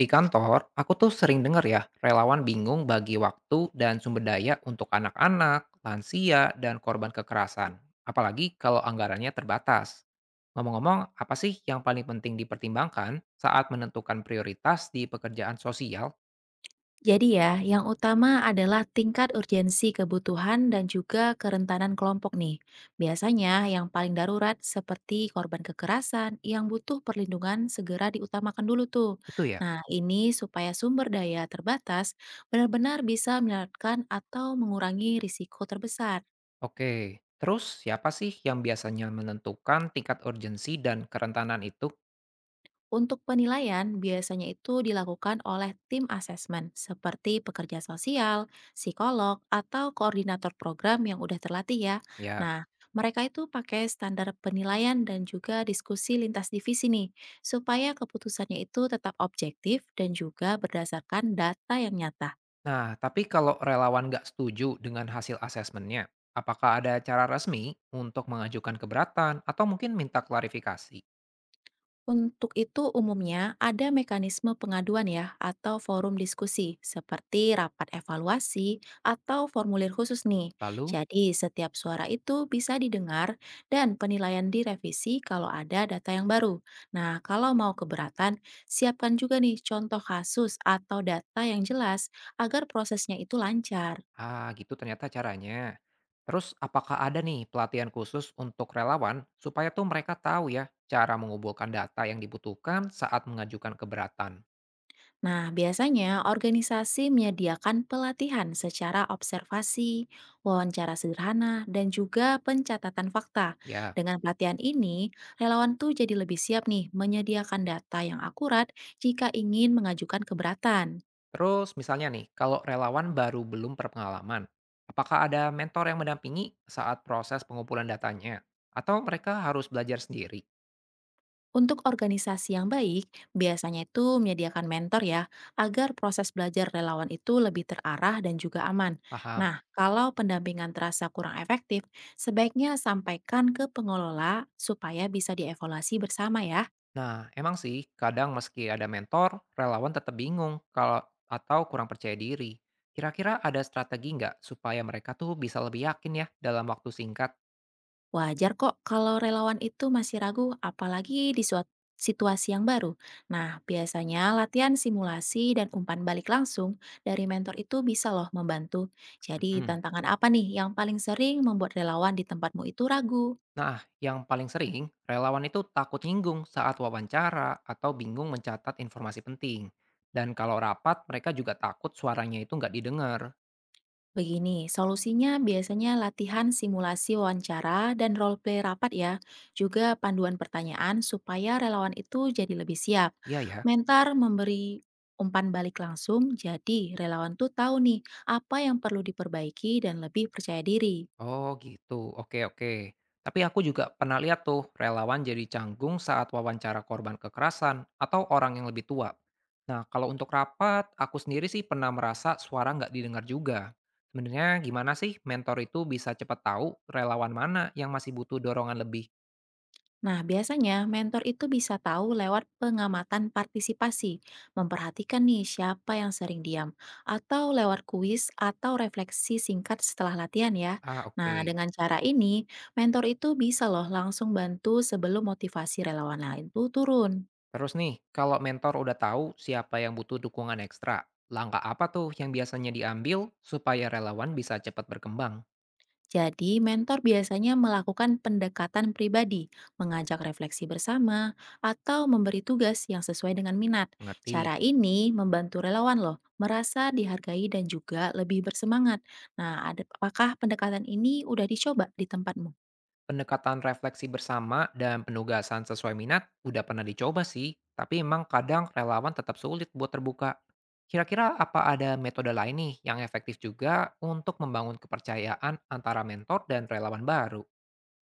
Di kantor, aku tuh sering dengar ya, relawan bingung bagi waktu dan sumber daya untuk anak-anak, lansia, dan korban kekerasan. Apalagi kalau anggarannya terbatas. Ngomong-ngomong, apa sih yang paling penting dipertimbangkan saat menentukan prioritas di pekerjaan sosial? Jadi ya, yang utama adalah tingkat urgensi kebutuhan dan juga kerentanan kelompok nih. Biasanya yang paling darurat seperti korban kekerasan yang butuh perlindungan segera diutamakan dulu tuh. Itu ya. Nah, ini supaya sumber daya terbatas benar-benar bisa menyelamatkan atau mengurangi risiko terbesar. Oke, terus siapa sih yang biasanya menentukan tingkat urgensi dan kerentanan itu? Untuk penilaian, biasanya itu dilakukan oleh tim asesmen seperti pekerja sosial, psikolog, atau koordinator program yang udah terlatih ya. Ya. Nah, mereka itu pakai standar penilaian dan juga diskusi lintas divisi nih, supaya keputusannya itu tetap objektif dan juga berdasarkan data yang nyata. Nah, tapi kalau relawan nggak setuju dengan hasil asesmennya, apakah ada cara resmi untuk mengajukan keberatan atau mungkin minta klarifikasi? Untuk itu, umumnya ada mekanisme pengaduan ya, atau forum diskusi, seperti rapat evaluasi atau formulir khusus nih. Lalu, Jadi, setiap suara itu bisa didengar dan penilaian direvisi kalau ada data yang baru. Nah, kalau mau keberatan, siapkan juga nih contoh kasus atau data yang jelas agar prosesnya itu lancar. ah gitu ternyata caranya. Terus, apakah ada nih pelatihan khusus untuk relawan supaya tuh mereka tahu ya cara mengumpulkan data yang dibutuhkan saat mengajukan keberatan? Nah, biasanya organisasi menyediakan pelatihan secara observasi, wawancara sederhana, dan juga pencatatan fakta. Ya, Dengan pelatihan ini, relawan tuh jadi lebih siap nih menyediakan data yang akurat jika ingin mengajukan keberatan. terus misalnya nih, kalau relawan baru belum berpengalaman, apakah ada mentor yang mendampingi saat proses pengumpulan datanya? Atau mereka harus belajar sendiri? Untuk organisasi yang baik, biasanya itu menyediakan mentor ya, agar proses belajar relawan itu lebih terarah dan juga aman. Paham. Nah, kalau pendampingan terasa kurang efektif, sebaiknya sampaikan ke pengelola supaya bisa dievaluasi bersama ya. Nah, emang sih, kadang meski ada mentor, relawan tetap bingung kalau atau kurang percaya diri. Kira-kira ada strategi nggak supaya mereka tuh bisa lebih yakin ya dalam waktu singkat? Wajar kok kalau relawan itu masih ragu, apalagi di situasi yang baru. Nah, biasanya latihan simulasi dan umpan balik langsung dari mentor itu bisa loh membantu. Jadi, Mhm. tantangan apa nih yang paling sering membuat relawan di tempatmu itu ragu? Nah, yang paling sering, relawan itu takut nyinggung saat wawancara atau bingung mencatat informasi penting. Dan kalau rapat, mereka juga takut suaranya itu nggak didengar. Begini, solusinya biasanya latihan simulasi wawancara dan role play rapat ya, juga panduan pertanyaan supaya relawan itu jadi lebih siap. Iya ya. Mentor memberi umpan balik langsung, jadi relawan tuh tahu nih apa yang perlu diperbaiki dan lebih percaya diri. Oh gitu, oke oke. Tapi aku juga pernah lihat tuh relawan jadi canggung saat wawancara korban kekerasan atau orang yang lebih tua. Nah kalau untuk rapat, aku sendiri sih pernah merasa suara nggak didengar juga. Sebenarnya gimana sih mentor itu bisa cepat tahu relawan mana yang masih butuh dorongan lebih? Nah, biasanya mentor itu bisa tahu lewat pengamatan partisipasi, memperhatikan nih siapa yang sering diam, atau lewat kuis atau refleksi singkat setelah latihan ya. Ah Nah, oke. dengan cara ini, mentor itu bisa loh langsung bantu sebelum motivasi relawan lain itu turun. Terus nih, kalau mentor udah tahu siapa yang butuh dukungan ekstra, langkah apa tuh yang biasanya diambil supaya relawan bisa cepat berkembang? Jadi, mentor biasanya melakukan pendekatan pribadi, mengajak refleksi bersama, atau memberi tugas yang sesuai dengan minat. Mengerti. Cara ini membantu relawan loh, merasa dihargai dan juga lebih bersemangat. Nah, apakah pendekatan ini udah dicoba di tempatmu? Pendekatan refleksi bersama dan penugasan sesuai minat udah pernah dicoba sih, tapi emang kadang relawan tetap sulit buat terbuka. Kira-kira apa ada metode lain nih yang efektif juga untuk membangun kepercayaan antara mentor dan relawan baru?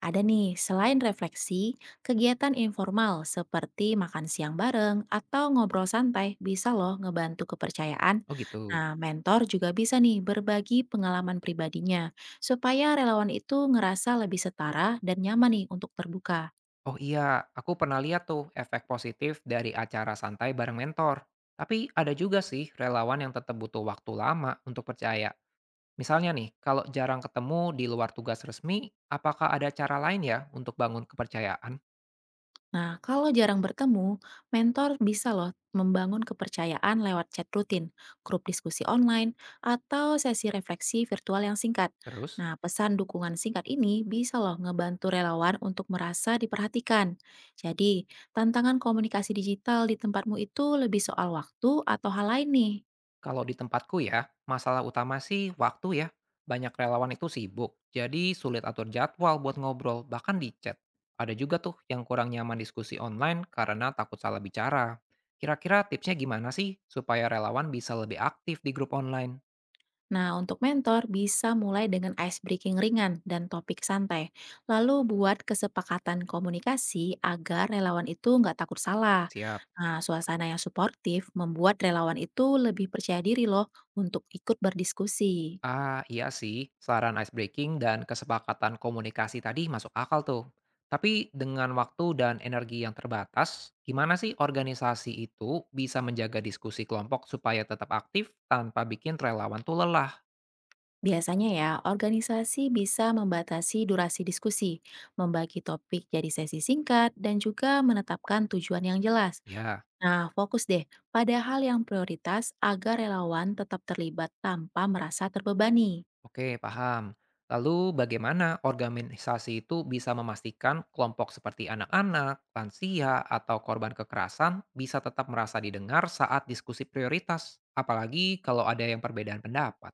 Ada nih, selain refleksi, kegiatan informal seperti makan siang bareng atau ngobrol santai bisa loh ngebantu kepercayaan. Oh gitu. Nah, mentor juga bisa nih berbagi pengalaman pribadinya supaya relawan itu ngerasa lebih setara dan nyaman nih untuk terbuka. Oh iya, aku pernah lihat tuh efek positif dari acara santai bareng mentor. Tapi ada juga sih relawan yang tetap butuh waktu lama untuk percaya. Misalnya nih, kalau jarang ketemu di luar tugas resmi, apakah ada cara lain ya untuk bangun kepercayaan? Nah, kalau jarang bertemu, mentor bisa loh membangun kepercayaan lewat chat rutin, grup diskusi online, atau sesi refleksi virtual yang singkat. Terus, Nah, pesan dukungan singkat ini bisa loh ngebantu relawan untuk merasa diperhatikan. Jadi, tantangan komunikasi digital di tempatmu itu lebih soal waktu atau hal lain nih? kalau di tempatku ya, masalah utama sih waktu ya. Banyak relawan itu sibuk, jadi sulit atur jadwal buat ngobrol, bahkan di chat. Ada juga tuh yang kurang nyaman diskusi online karena takut salah bicara. Kira-kira tipsnya gimana sih supaya relawan bisa lebih aktif di grup online? Nah, untuk mentor bisa mulai dengan ice breaking ringan dan topik santai. Lalu buat kesepakatan komunikasi agar relawan itu nggak takut salah. Siap. Nah, suasana yang suportif membuat relawan itu lebih percaya diri loh untuk ikut berdiskusi. Ah, iya sih, saran ice breaking dan kesepakatan komunikasi tadi masuk akal tuh. Tapi dengan waktu dan energi yang terbatas, gimana sih organisasi itu bisa menjaga diskusi kelompok supaya tetap aktif tanpa bikin relawan tuh lelah? Biasanya ya, organisasi bisa membatasi durasi diskusi, membagi topik jadi sesi singkat, dan juga menetapkan tujuan yang jelas. Ya, Nah, fokus deh pada hal yang prioritas agar relawan tetap terlibat tanpa merasa terbebani. oke, paham. Lalu bagaimana organisasi itu bisa memastikan kelompok seperti anak-anak, lansia, atau korban kekerasan bisa tetap merasa didengar saat diskusi prioritas, apalagi kalau ada yang perbedaan pendapat?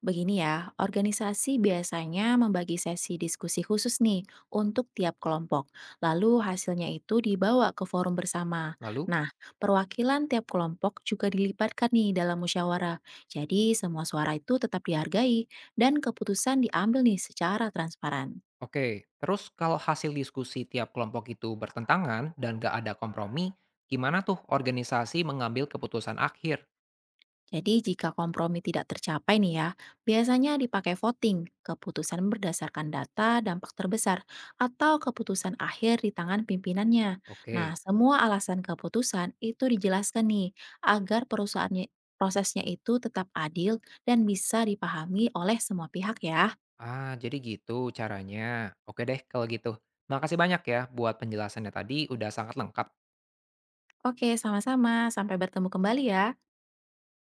Begini ya, organisasi biasanya membagi sesi diskusi khusus nih untuk tiap kelompok. Lalu hasilnya itu dibawa ke forum bersama. Lalu. Nah, perwakilan tiap kelompok juga dilibatkan nih dalam musyawarah. Jadi semua suara itu tetap dihargai dan keputusan diambil nih secara transparan. Oke, terus kalau hasil diskusi tiap kelompok itu bertentangan dan gak ada kompromi, gimana tuh organisasi mengambil keputusan akhir? Jadi jika kompromi tidak tercapai nih ya, biasanya dipakai voting, keputusan berdasarkan data dampak terbesar, atau keputusan akhir di tangan pimpinannya. Nah, Oke, semua alasan keputusan itu dijelaskan nih, agar prosesnya itu tetap adil dan bisa dipahami oleh semua pihak ya. ah jadi gitu caranya. Oke deh kalau gitu. Makasih banyak ya buat penjelasannya tadi, udah sangat lengkap. Oke, sama-sama. Sampai bertemu kembali ya.